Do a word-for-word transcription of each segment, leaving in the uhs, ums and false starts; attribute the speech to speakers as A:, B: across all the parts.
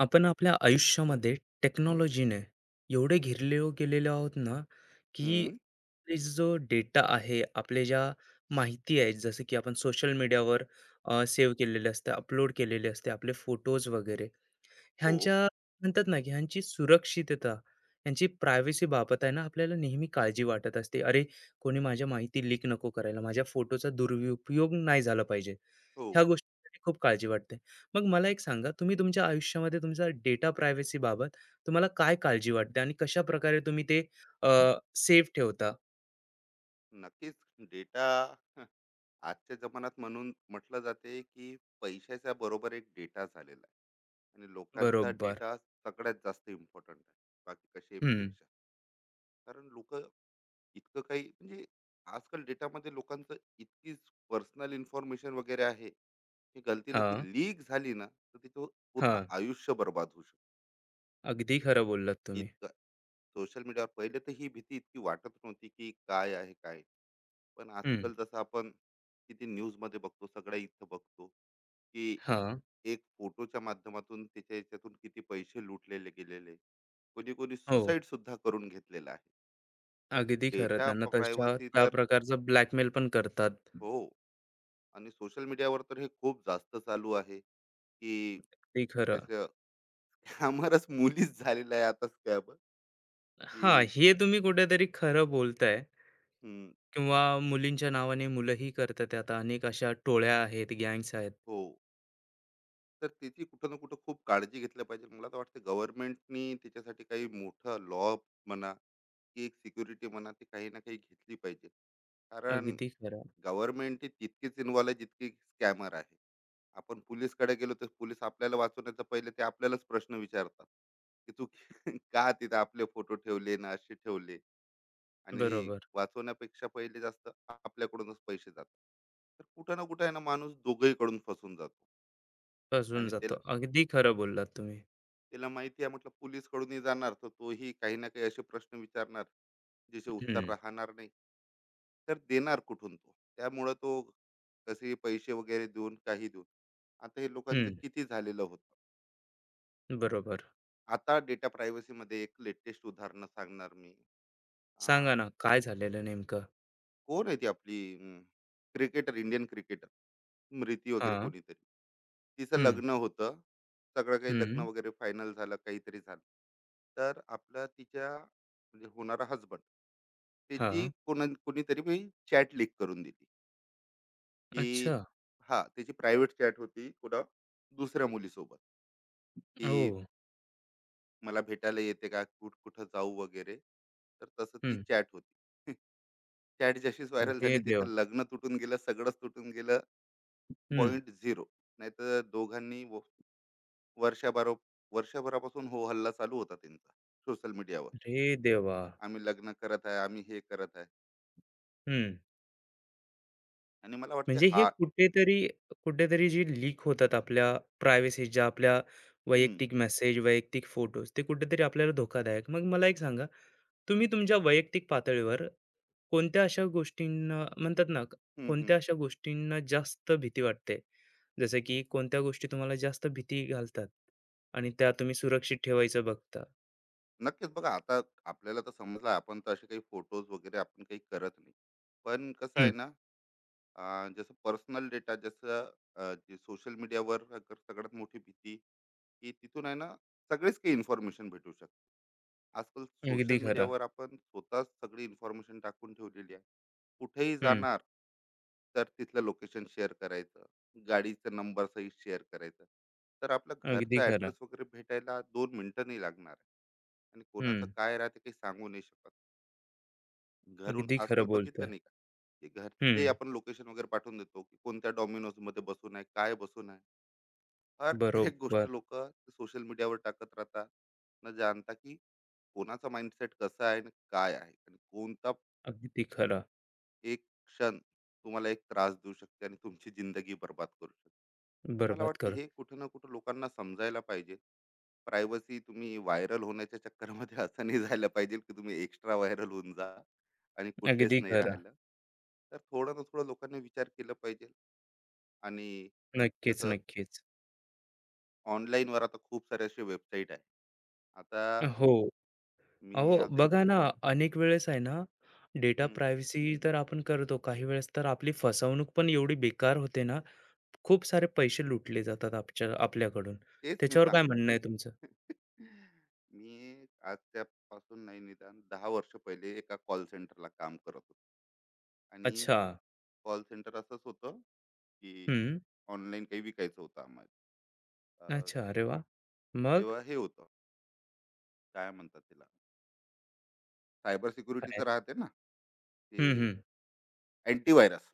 A: आपण आपल्या आयुष्यामध्ये टेक्नॉलॉजीने एवढे घेरले गेलेलो आहोत ना की
B: हम्म,
A: आपले जो डेटा आहे आपले ज्या माहिती आहेत जसं की आपण सोशल मीडियावर सेव्ह केलेले असते अपलोड केलेले असते आपले फोटोज वगैरे
B: हो,
A: ह्यांच्या म्हणतात ना, की ह्यांची सुरक्षितता, ह्यांची प्रायव्हसी बाबत आहे ना, आपल्याला नेहमी काळजी वाटत असते. अरे, कोणी माझ्या माहिती लीक नको करायला, माझ्या फोटोचा दुरुपयोग नाही झाला पाहिजे.
B: हो,
A: ह्या गोष्टींसाठी खूप काळजी वाटते. मग मला एक सांगा, तुम्ही तुमच्या आयुष्यामध्ये तुमचा डेटा प्रायव्हसी बाबत तुम्हाला काय काळजी वाटते आणि कशाप्रकारे तुम्ही ते सेफ ठेवता?
B: नक्कीच. डेटा आजच्या जमान्यात म्हणून म्हटलं जाते की पैशाच्या बरोबर एक डेटा झालेला आहे आणि लोकांचा
A: बरोबर.
B: डेटा सगळ्यात जास्त इम्पॉर्टंट आहे बाकी
A: हं.
B: कशापेक्षा. कारण लोक इतकं काही म्हणजे आजकाल डेटामध्ये लोकांचं इतकीच पर्सनल इन्फॉर्मेशन वगैरे आहे की गलतीनं ती
A: हां,
B: लीक झाली ना तर तिथं पूर्ण
A: हां.
B: आयुष्य बर्बाद होऊ शकतं.
A: अगदी खरं बोललात तुम्ही.
B: इतकं सोशल मीडियावर पहिले तर ही भीती इतकी वाटत नव्हती की काय आहे काय नाही. पण
A: हं.
B: आजकाल जसं आपण किती न्यूज मध्ये बघतो, सगळ्या इथं बघतो की
A: हां.
B: एक फोटोच्या माध्यमातून त्याच्या याच्यातून किती पैसे लुटलेले गेलेले, कोणी कोणी
A: हो.
B: सुसाईड सुद्धा करून घेतलेला आहे. तर
A: अगदी खरं.
B: डेटा
A: त्यांना तशा
B: प्रायव्हसी
A: त्या
B: तर
A: प्रकारचं ब्लॅकमेल पण करतात. हं.
B: हो. आणि सोशल मीडियावर तर हे खूप जास्त चालू आहे की
A: ते खरं.
B: जसं आम्हालाच मुलीच झालेलं आहे आता स्कॅब
A: हां,
B: की
A: हे तुम्ही कुठेतरी खरं बोलताय
B: हम्म,
A: किंवा मुलींच्या नावाने मुलंही करतात आता अनेक अशा टोळ्या आहेत, गँग्स आहेत.
B: हो. तर त्याची कुठं ना कुठं खूप काळजी घेतली पाहिजे. मला तर वाटतं गव्हर्नमेंटनी त्याच्यासाठी काही मोठा लॉ म्हणा की एक सिक्युरिटी म्हणा, ते काही ना काही घेतली पाहिजे. कारण
A: अगदी खरं.
B: गव्हर्नमेंट ही तितकीच इन्व्हॉल्व आहे जितकी स्कॅमर आहे. आपण पोलीसकडे गेलो तर पोलीस आपल्याला वाचवण्याचा पहिले ते आपल्यालाच प्रश्न विचारतात की तू का तिथे आपले फोटो ठेवले, ना असे ठेवले. आणि
A: बरोबर.
B: वाचवण्यापेक्षा पहिले जास्त आपल्याकडूनच पैसे जातात, तर कुठं ना कुठं आहे ना माणूस दोघही कडून फसून जातो.
A: फसून
B: आणि
A: जातो.
B: त्याला
A: अगदी खरं बोललात तुम्ही.
B: तिला माहिती आहे म्हटलं पोलीस कडूनही जाणार तर तोही काही ना काही असे प्रश्न विचारणार ज्याचे उत्तर
A: हं,
B: राहणार नाही, तर देणार कुठून तो, त्यामुळं तो कसे पैसे वगैरे देऊन काही देऊन. आता हे लोकांचं
A: हं.
B: किती झालेलं होतं.
A: बरोबर.
B: आता डेटा प्रायव्हसीमध्ये एक लेटेस्ट उदाहरणं सांगणार मी. अं,
A: सांगा ना काय झालेलं नेमकं?
B: कोण आहे ती आपली क्रिकेटर, इंडियन क्रिकेटर स्मृती वगैरे
A: हां.
B: कोणीतरी. तिचं
A: हं,
B: लग्न होतं, सगळं काही लग्न
A: हं.
B: वगैरे फायनल झालं, काहीतरी झालं. तर आपला तिच्या म्हणजे होणारा हजबंड, त्याची
A: हां.
B: कोणा कोणीतरी मी चॅट लीक करून दिली, की
A: अच्छा.
B: हां, त्याची प्रायव्हेट चॅट होती कुणा दुसऱ्या मुलीसोबत, की
A: ओह!
B: मला भेटायला येते का? कुठ-कुठं जाऊ वगैरे. तर तसं ती
A: हं.
B: चॅट होती. चॅट जशीच व्हायरल
A: अरे
B: झाली तिचं
A: देवा!
B: लग्न तुटून गेलं, सगळंच तुटून गेलं.
A: हं.
B: पॉइंट शून्य. नाहीतर दोघांनी व वर्षभरा वर्षभरापासून हो हल्ला चालू होता त्यांचा सोशल मीडियावर.
A: अरे देवा!
B: आम्ही लग्न करत आहे, आम्ही हे करत आहे,
A: हं.
B: आणि मला वाटते
A: म्हणजे हे
B: हा
A: कुठेतरी कुठेतरी जे लीक होतात आपल्या प्रायव्हसी ज्या आपल्या
B: हं,
A: वैयक्तिक मेसेज वैयक्तिक फोटोज ते कुठेतरी आपल्याला धोकादायक मग मला एक सांगा तुम्ही तुमच्या वैयक्तिक पातळीवर कोणत्या अशा गोष्टींना म्हणतात ना
B: हं, हं.
A: कोणत्या अशा गोष्टींना जास्त भीती वाटते जसं की कोणत्या गोष्टी तुम्हाला जास्त भीती घालतात आणि त्या तुम्ही सुरक्षित ठेवायचं बघता
B: नक्कीच, बघा आता. आपल्याला तर समजलं आपण तर असे काही फोटोज वगैरे आपण काही करत नाही, पण कसं
A: हम्म,
B: आहे ना, अं, जसं पर्सनल डेटा जसं अं, जे सोशल मीडियावर सगळ्यात मोठी भीती की तिथून आहे ना सगळेच काही इन्फॉर्मेशन भेटू शकते. आजकाल
A: अगदी
B: सोशल
A: खरं
B: मीडियावर आपण स्वतःच सगळी इन्फॉर्मेशन टाकून ठेवलेली आहे. कुठेही
A: हम्म
B: जाणार तर तिथलं लोकेशन शेअर करायचं, गाडीचं नंबर सहित शेअर करायचं. तर आपला
A: अगदी
B: घरचा
A: खरं
B: ऍड्रेस वगैरे भेटायला दोन मिनिटं नाही लागणार आहे. आणि कोणाचं
A: हम्म
B: काय राहते काही सांगू नाही शकत. घरून
A: अगदी खरं
B: आजकाल बघितलं
A: बोलतोय
B: नाही का की घरचे
A: हम्म
B: आपण लोकेशन वगैरे पाठवून देतो की कोणत्या डॉमिनोज मध्ये बसून आहे, काय बसून आहे. हर एक गोष्ट
A: बरोबर
B: लोक सोशल मीडियावर टाकत राहतात, न जाणता की कोणाचा माइंडसेट कसा आहे आणि काय आहे आणि कोणता
A: अगदी खरं
B: एक क्षण तुम्हाला एक त्रास देऊ शकते आणि तुमची जिंदगी बर्बाद करू शकते. तर मला
A: बरबाद
B: वाटते
A: करू.
B: हे कुठं ना कुठं लोकांना समजायला पाहिजे. प्रायव्हसी तुम्ही व्हायरल होण्याच्या चक्करमध्ये असं नाही जायला पाहिजे की तुम्ही एक्स्ट्रा व्हायरल होऊन जा आणि कुठलेच
A: अगदी
B: नाही
A: खरं.
B: राहिलं. तर थोडं ना थोडं लोकांनी विचार केला पाहिजे. आणि
A: नक्कीच,
B: जसं
A: नक्कीच.
B: online वर आता खूप सारे असे वेबसाईट आहे. आता
A: हो.
B: मी
A: अहो,
B: आता
A: बघा ना, अनेक वेळेस आहे ना, डेटा
B: हं,
A: प्रायव्हसी तर आपण करतो. काही वेळेस तर आपली फसवणूक पण एवढी बेकार होते ना, खूप सारे पैसे लुटले जातात आपच्या आपल्याकडून.
B: तेच मी
A: त्याच्यावर
B: सांग.
A: काय म्हणणं आहे तुमचं?
B: मी आजच्या पासून नाही निदान दहा वर्ष पहिले एका कॉल सेंटरला काम करत होतो. आणि
A: अच्छा.
B: कॉल सेंटर असंच होतं, की
A: हं.
B: ऑनलाईन काही विकायचं होतं आम्हाला. अ,
A: अच्छा. अरे वाह! मग
B: तेव्हा हे होतं, काय म्हणतात त्याला, सायबर सिक्युरिटीचं
A: काय?
B: राहते ना, ते
A: हं, हं.
B: अँटीव्हायरस,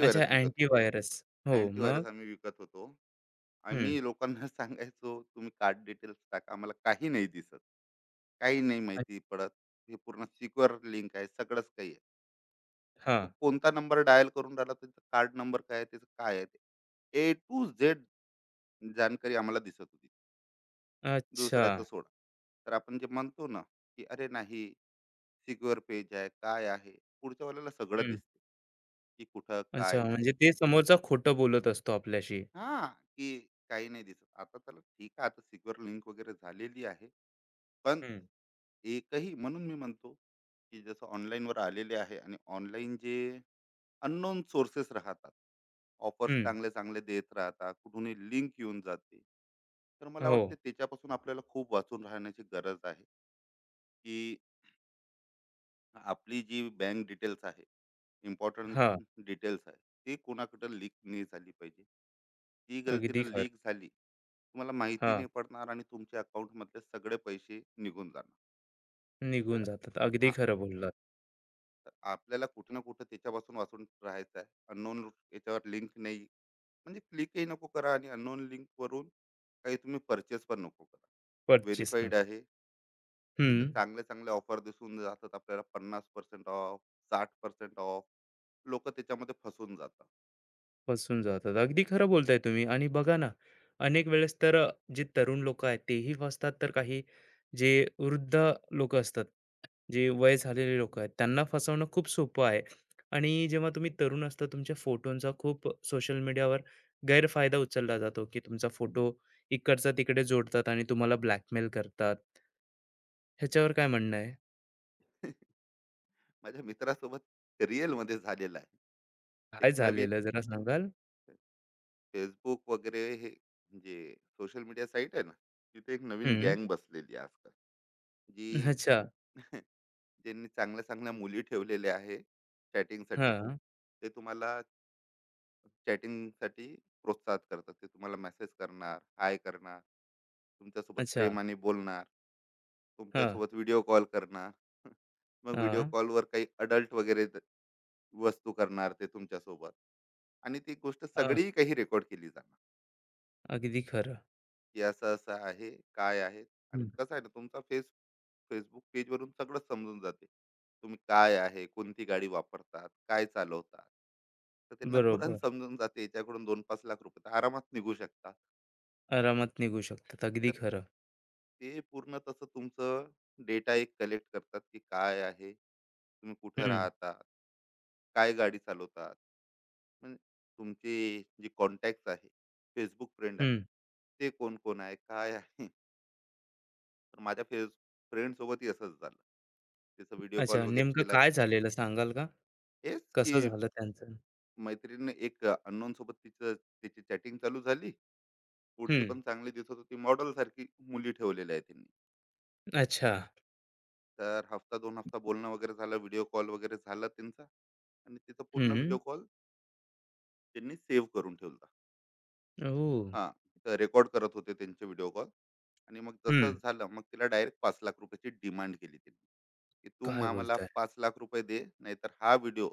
A: अच्छा
B: विकत
A: अँटीव्हायरस. हो.
B: अँटीव्हायरस
A: मग?
B: आम्ही विकत होतो.
A: हं.
B: आम्ही लोकांना सांगायचो, "तुम्ही कार्ड डिटेल्स टाका, आम्हाला काही नाही दिसत. काही नाही
A: अ,
B: माहिती पडत. हे पूर्ण सिक्युअर लिंक आहे, सगळंच काही आहे. तो
A: हां.
B: कोणता नंबर डायल करून राहिला, त्याचा कार्ड नंबर काय आहे, त्याचं काय आहे ते?" ए टू झेड जानकारी आम्हाला दिसत होती.
A: अच्छा.
B: दुसऱ्याचं सोडा. तर आपण जे म्हणतो ना, की "अरे नाही, सिक्युअर पेज आहे, काय आहे?" पुढच्या वेळेला सगळं
A: हं.
B: दिसते, की कुठं
A: अच्छा.
B: काय नाही.
A: म्हणजे ते समोरचा खोटं बोलत असतो आपल्याशी.
B: हां, की काही नाही दिसत. आता चला ठीक आहे, आता सिक्युअर लिंक वगैरे झालेली आहे. पण
A: हं.
B: एकही म्हणून मी म्हणतो, की जसं ऑनलाईनवर आलेले आहे आणि ऑनलाईन जे अननोन सोर्सेस राहतात. ऑफर्स
A: हं.
B: चांगले-चांगले देत राहतात. कुठूनही लिंक येऊन जाते. तर मला
A: हो.
B: वाटते त्याच्यापासून आपल्याला खूप वाचून राहण्याची गरज आहे, की आपली जी बँक डिटेल्स आहे, इम्पोर्टंट
A: हां.
B: डिटेल्स आहे, ती कोणाकडे लीक नाही झाली पाहिजे. ती
A: अगदी
B: गलतीनं
A: खरं.
B: लीक झाली, तुम्हाला माहिती
A: हां.
B: नाही पडणार आणि तुमच्या अकाउंटमधले सगळे पैसे निघून जाणार.
A: निघून
B: तर
A: जातात. अगदी
B: हां.
A: खरं बोललात.
B: तर आपल्याला कुठं ना कुठं त्याच्यापासून वाचून राहायचं आहे. अननोन याच्यावर लिंक नाही, म्हणजे क्लिकही नको करा आणि अननोन लिंकवरून काही तुम्ही परचेस पण नको करा.
A: पर्चेस
B: व्हेरीफाईड
A: नको.
B: आहे तिथे
A: हं.
B: चांगले चांगले ऑफर दिसून जातात आपल्याला, पन्नास पर्सेंट ऑफ, साठ पर्सेंट ऑफ. लोक त्याच्यामध्ये फसून जातात.
A: फसून जातात. अगदी खरं बोलताय तुम्ही आणि बघा ना, अनेक वेळेस तर अ, जे तरुण लोकं आहेत तेही फसतात, तर काही जे वृद्ध लोकं असतात, जे वय झालेले लोकं आहेत, त्यांना फसवणं खूप सोपं आहे. आणि जेव्हा तुम्ही तरुण असता, तुमच्या फोटोंचा खूप सोशल मीडियावर गैरफायदा उचलला जातो, की तुमचा फोटो इकडचा तिकडे जोडतात आणि तुम्हाला ब्लॅकमेल करतात. ह्याच्यावर काय म्हणणं आहे?
B: माझ्या मित्रासोबत रिअल मध्ये झालेलं आहे. एक
A: काय
B: नवीन
A: झालेलं जरा सांगाल?
B: फेसबुक वगैरे हे जे सोशल मीडिया साईट आहे ना, तिथे एक नवीन
A: हं.
B: गँग बसलेली आहे आजकाल, जी
A: अच्छा.
B: ज्यांनी चांगल्या चांगल्या मुली ठेवलेल्या आहे चॅटिंगसाठी.
A: हां.
B: ते तुम्हाला चॅटिंगसाठी प्रोत्साहित करतात, ते तुम्हाला मेसेज करणार, हाय करणार, तुमच्यासोबत
A: अच्छा.
B: प्रेमाने बोलणार,
A: हां,
B: तुमच्यासोबत व्हिडिओ कॉल करणार. मग व्हिडिओ
A: हां,
B: कॉलवर काही अडल्ट वगैरे द- वस्तू करणार ते तुमच्यासोबत, आणि ती गोष्ट
A: हां.
B: सगळी काही रेकॉर्ड केली जाणार,
A: अगदी खरं.
B: की असं-असं आहे, काय आहे. आणि
A: हं.
B: कसं आहे ना तुमचा फेस Facebook पेजवरून सगळं समजून जाते. तुम्ही काय आहे, कोणती गाडी वापरतात, काय चालवतात. तर त्यांना तुरंत
A: बरोबर.
B: समजून जाते, याच्याकडून दोन ते पाच लाख रुपये तर आरामात निघू शकतात.
A: आरामात निघू शकतात. अगदी
B: तर
A: खरं.
B: ते पूर्ण तसं तुमचं डेटा एक कलेक्ट करतात, की काय आहे, तुम्ही कुठं
A: हं,
B: राहता, काय गाडी चालवतात. म्हणजे तुमचे जे कॉन्टॅक्ट्स आहे, Facebook फ्रेंड आहे,
A: हं.
B: ते कोण-कोण आहे, काय आहे? तर माझ्या फ्रेंड फ्रेंडसोबतही असंच झालं, तिचा व्हिडिओ कॉल
A: अच्छा
B: वगैरे
A: नेमकं
B: केला.
A: काय झालेलं सांगाल का?
B: हेच की
A: कसं झालं त्यांचं?
B: मैत्रिणीने एक अननोन सोबत तिचं तिची चॅटिंग चालू झाली, पुढची
A: हं.
B: पण चांगली दिसत होती मॉडेल सारखी. मुली ठेवलेल्या आहे त्यांनी.
A: अच्छा.
B: तर हफ्ता दोन हफ्ता बोलणं वगैरे झालं, व्हिडिओ कॉल वगैरे झाला त्यांचा. आणि तिचा पूर्ण
A: हं.
B: व्हिडिओ कॉल त्यांनी सेव्ह करून ठेवला.
A: ओह!
B: हा, तर रेकॉर्ड करत होते त्यांचे व्हिडिओ कॉल. आणि मग
A: हं.
B: तसंच झालं, मग तिला डायरेक्ट पाच लाख रुपयाची डिमांड केली त्यांनी, की तू
A: काय
B: मामाला
A: बोलताय?
B: पाच लाख रुपये दे, नाहीतर हा व्हिडिओ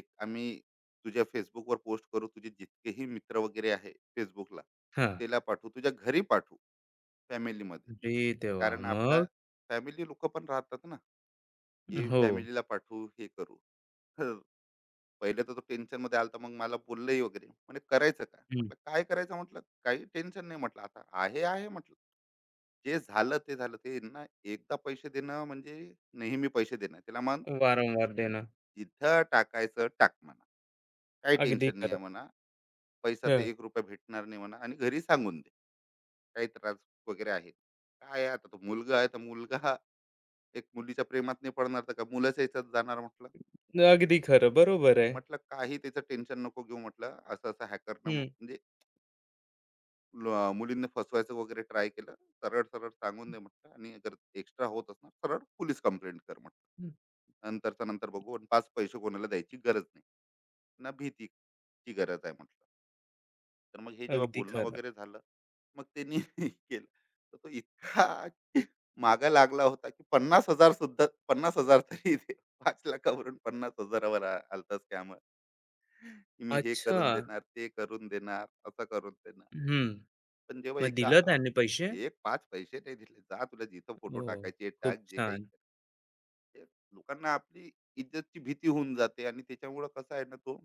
B: एक आम्ही तुझ्या फेसबुकवर पोस्ट करू, तुझे जितकेही मित्र वगैरे आहे फेसबुकला
A: हां.
B: त्याला पाठवू, तुझ्या घरी पाठवू, फॅमिलीमध्ये.
A: अरे देवा!
B: कारण आपल्या
A: मग?
B: फॅमिली लोक पण राहतात ना, की
A: हो.
B: फॅमिलीला पाठवू, हे करू. तर पहिले तर तो टेन्शन मध्ये आला, मग मला बोललंही वगैरे, म्हणजे करायचं काय
A: हं.
B: म्हटलं, काय करायचं म्हटलं, काही टेन्शन नाही म्हटलं, आता आहे आहे म्हटलं. जे झालं ते झालं ते ना, एकदा पैसे देणं म्हणजे नेहमी पैसे देणं, त्याला मन की
A: वारंवार देणं.
B: जिथं टाकायचं टाक म्हणा, काही
A: अगदी
B: टेन्शन नाही
A: खरं.
B: आहे म्हणा, पैसा तर
A: हं.
B: एक रुपया भेटणार नाही म्हणा आणि घरी सांगून दे. काही त्रास वगैरे आहे काय आहे, आता तो मुलगा आहे तर मुलगा हा एक मुलीच्या प्रेमात नाही पडणार तर का मुलाच्या याच्यात जाणार म्हटलं.
A: अगदी खरं. बरोबर आहे.
B: म्हटलं काही त्याचं टेन्शन नको घेऊ म्हटलं, असं असं हॅकरनं
A: हं.
B: म्हणजे ल- मुलींना फसवायचं वगैरे ट्राय केलं. सरळ सरळ सांगून दे म्हटलं आणि अगर एक्स्ट्रा होत असणार सरळ पोलीस कंप्लेंट कर म्हटलं, नंतरचा नंतर बघू, आणि पाच पैसे कोणाला द्यायची गरज नाही, ना भीतीची गरज आहे म्हटलं. तर मग हे जेव्हा
A: अगदी
B: बोलणं
A: खरं.
B: वगैरे झालं, मग त्यांनी केलं. तर तो इतका मागे लागला होता, की पन्नास हजार सुद्धा, पन्नास हजार तरी ते, पाच लाखांवरून 50,000वर आ आला स्कॅमर, की मी हे
A: अच्छा.
B: करून देणार, ते करून देणार, असं करून देणार.
A: हं.
B: पण जेव्हा
A: मग
B: एकदा
A: दिलं
B: आप
A: त्याने पैसे?
B: एक पाच पैसे नाही दिले. जा तुला जिथं फोटो
A: हो.
B: टाकायचे आहे
A: खूप
B: टाक, जे काही
A: छान.
B: करायचं आहे. लोकांना आपली इज्जतची भीती होऊन जाते आणि त्याच्यामुळं कसं आहे ना, तो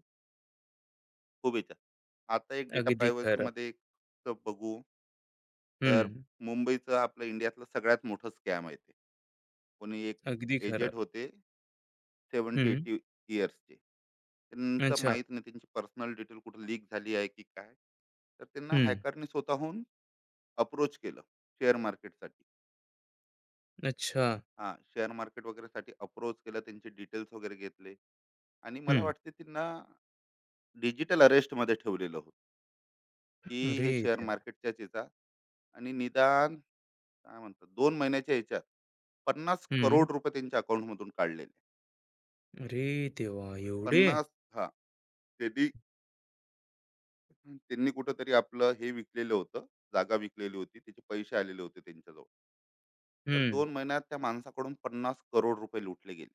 B: खूप याच्यात. आता एक डेटा
A: अगदी खरं.
B: प्रायव्हसीमध्ये एक बघू. तर
A: हं.
B: मुंबईचं आपलं इंडियातलं सगळ्यात मोठं स्कॅम आहे ते. कोणी एक
A: अगदी
B: एजेड
A: खरं.
B: होते
A: हं.
B: सत्तर ऐंशी इयर्सचे. त्यांचं
A: अच्छा.
B: माहीत नाही त्यांची पर्सनल डिटेल कुठे लीक झाली आहे की काय? तर त्यांना
A: हं.
B: हॅकरनी स्वतःहून अप्रोच केलं शेअर मार्केटसाठी.
A: अच्छा.
B: हां, शेअर मार्केट वगैरेसाठी अप्रोच केलं. त्यांचे डिटेल्स वगैरे घेतले आणि मला
A: हं.
B: वाटते त्यांना डिजिटल अरेस्टमध्ये ठेवलेलं होतं, की
A: अरे
B: हे शेअर
A: देवा!
B: मार्केटच्याच ह्याचा. आणि निदान काय म्हणतात दोन महिन्याच्या ह्याच्यात पन्नास
A: हं.
B: करोड रुपये त्यांच्या अकाउंटमधून काढलेले.
A: अरे देवा! एवढे?
B: पन्नास, हां, त्यांनी, त्यांनी कुठेतरी आपलं हे विकलेलं होतं, जागा विकलेली होती. त्याचे पैसे आलेले होते त्यांच्याजवळ. तर
A: हं.
B: दोन महिन्यात त्या माणसाकडून पन्नास करोड रुपये लुटले गेले.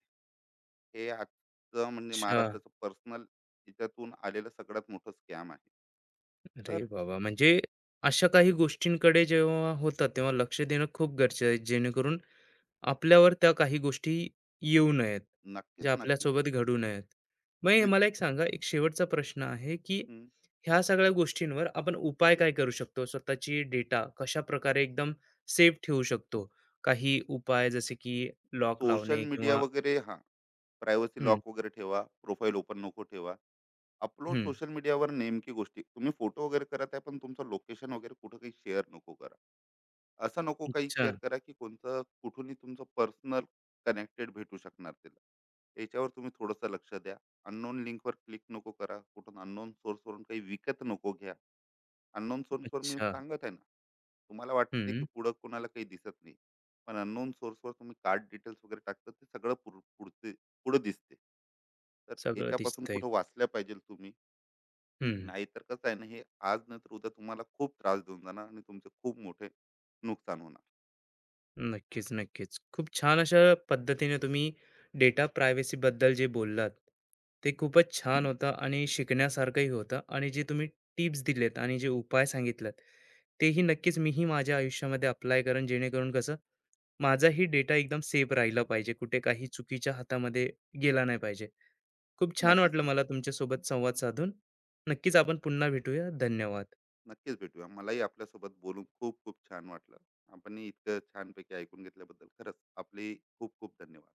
B: हे आजचं म्हणजे
A: अच्छा.
B: महाराष्ट्राचं पर्सनल याच्यातून आलेलं सगळ्यात मोठं स्कॅम आहे.
A: अरे
B: तर
A: बाबा! म्हणजे अशा काही गोष्टींकडे जेव्हा होतात तेव्हा लक्ष देणं खूप गरजेचं आहे जेणेकरून आपल्यावर त्या काही गोष्टी येऊ नयेत,
B: नक्कीच,
A: ज्या
B: नक्की.
A: आपल्यासोबत घडू नयेत. मग हे
B: मी
A: मला एक सांगा, एक शेवटचा प्रश्न आहे, की ह्या सगळ्या गोष्टींवर आपण उपाय काय करू शकतो? स्वतःची डेटा कशा प्रकारे एकदम सेफ ठेवू शकतो? काही उपाय जसे की लॉक
B: सोशल
A: लावणे
B: मीडिया
A: किंवा
B: वगैरे हां, प्रायव्हसी
A: हं,
B: लॉक वगैरे ठेवा. प्रोफाइल ओपन नको ठेवा. अपलोड
A: हं.
B: सोशल मीडियावर नेमकी गोष्टी तुम्ही फोटो वगैरे करत आहे, पण तुमचं लोकेशन वगैरे कुठं काही शेअर नको करा. असं नको काही
A: अच्छा,
B: शेअर करा की कोणतं कुठूनही तुमचं पर्सनल कनेक्टेड भेटू शकणार त्याला. याच्यावर तुम्ही थोडंसं लक्ष द्या. अननोन लिंकवर क्लिक नको करा, कुठून अननोन सोर्सवरून काही विकत नको घ्या. अननोन सोर्सवर मी
A: अच्छा.
B: सांगत आहे ना, तुम्हाला वाटते की
A: हं.
B: पुढं कोणाला काही दिसत नाही, पण अननोन सोर्सवर तुम्ही कार्ड डिटेल्स वगैरे टाकता ते सगळं पुढ- पुढचे पुढं दिसते. तर
A: सगळं
B: याच्यापासून
A: दिसतंय.
B: कुठं वाचल्या पाहिजे तुम्ही.
A: हं.
B: नाहीतर कसं आहे ना, हे आज नाहीतर उद्या तुम्हाला खूप त्रास देऊन जाणार आणि तुमचे खूप मोठे नुकसान होणार.
A: नक्कीच, नक्कीच. खूप छान अशा पद्धतीने तुम्ही डेटा प्रायव्हसीबद्दल जे बोललात, ते खूपच छान होतं आणि शिकण्यासारखंही होतं आणि जे तुम्ही टिप्स दिलेत आणि जे उपाय सांगितलेत, तेही नक्कीच मीही माझ्या आयुष्यामध्ये अप्लाय करेन जेणेकरून कसं माझाही डेटा एकदम सेफ राहिला पाहिजे, कुठे काही चुकीच्या हातामध्ये गेला नाही पाहिजे. खूप छान
B: नक्कीच,
A: वाटलं मला
B: नक्की.
A: तुमच्यासोबत संवाद साधून. नक्कीच आपण पुन्हा भेटूया. धन्यवाद.
B: नक्कीच भेटूया, मलाही आपल्यासोबत बोलून खूप खूप छान वाटलं. आपण इतकं छानपैकी ऐकून घेतल्याबद्दल खरंच आपले खूप खूप धन्यवाद.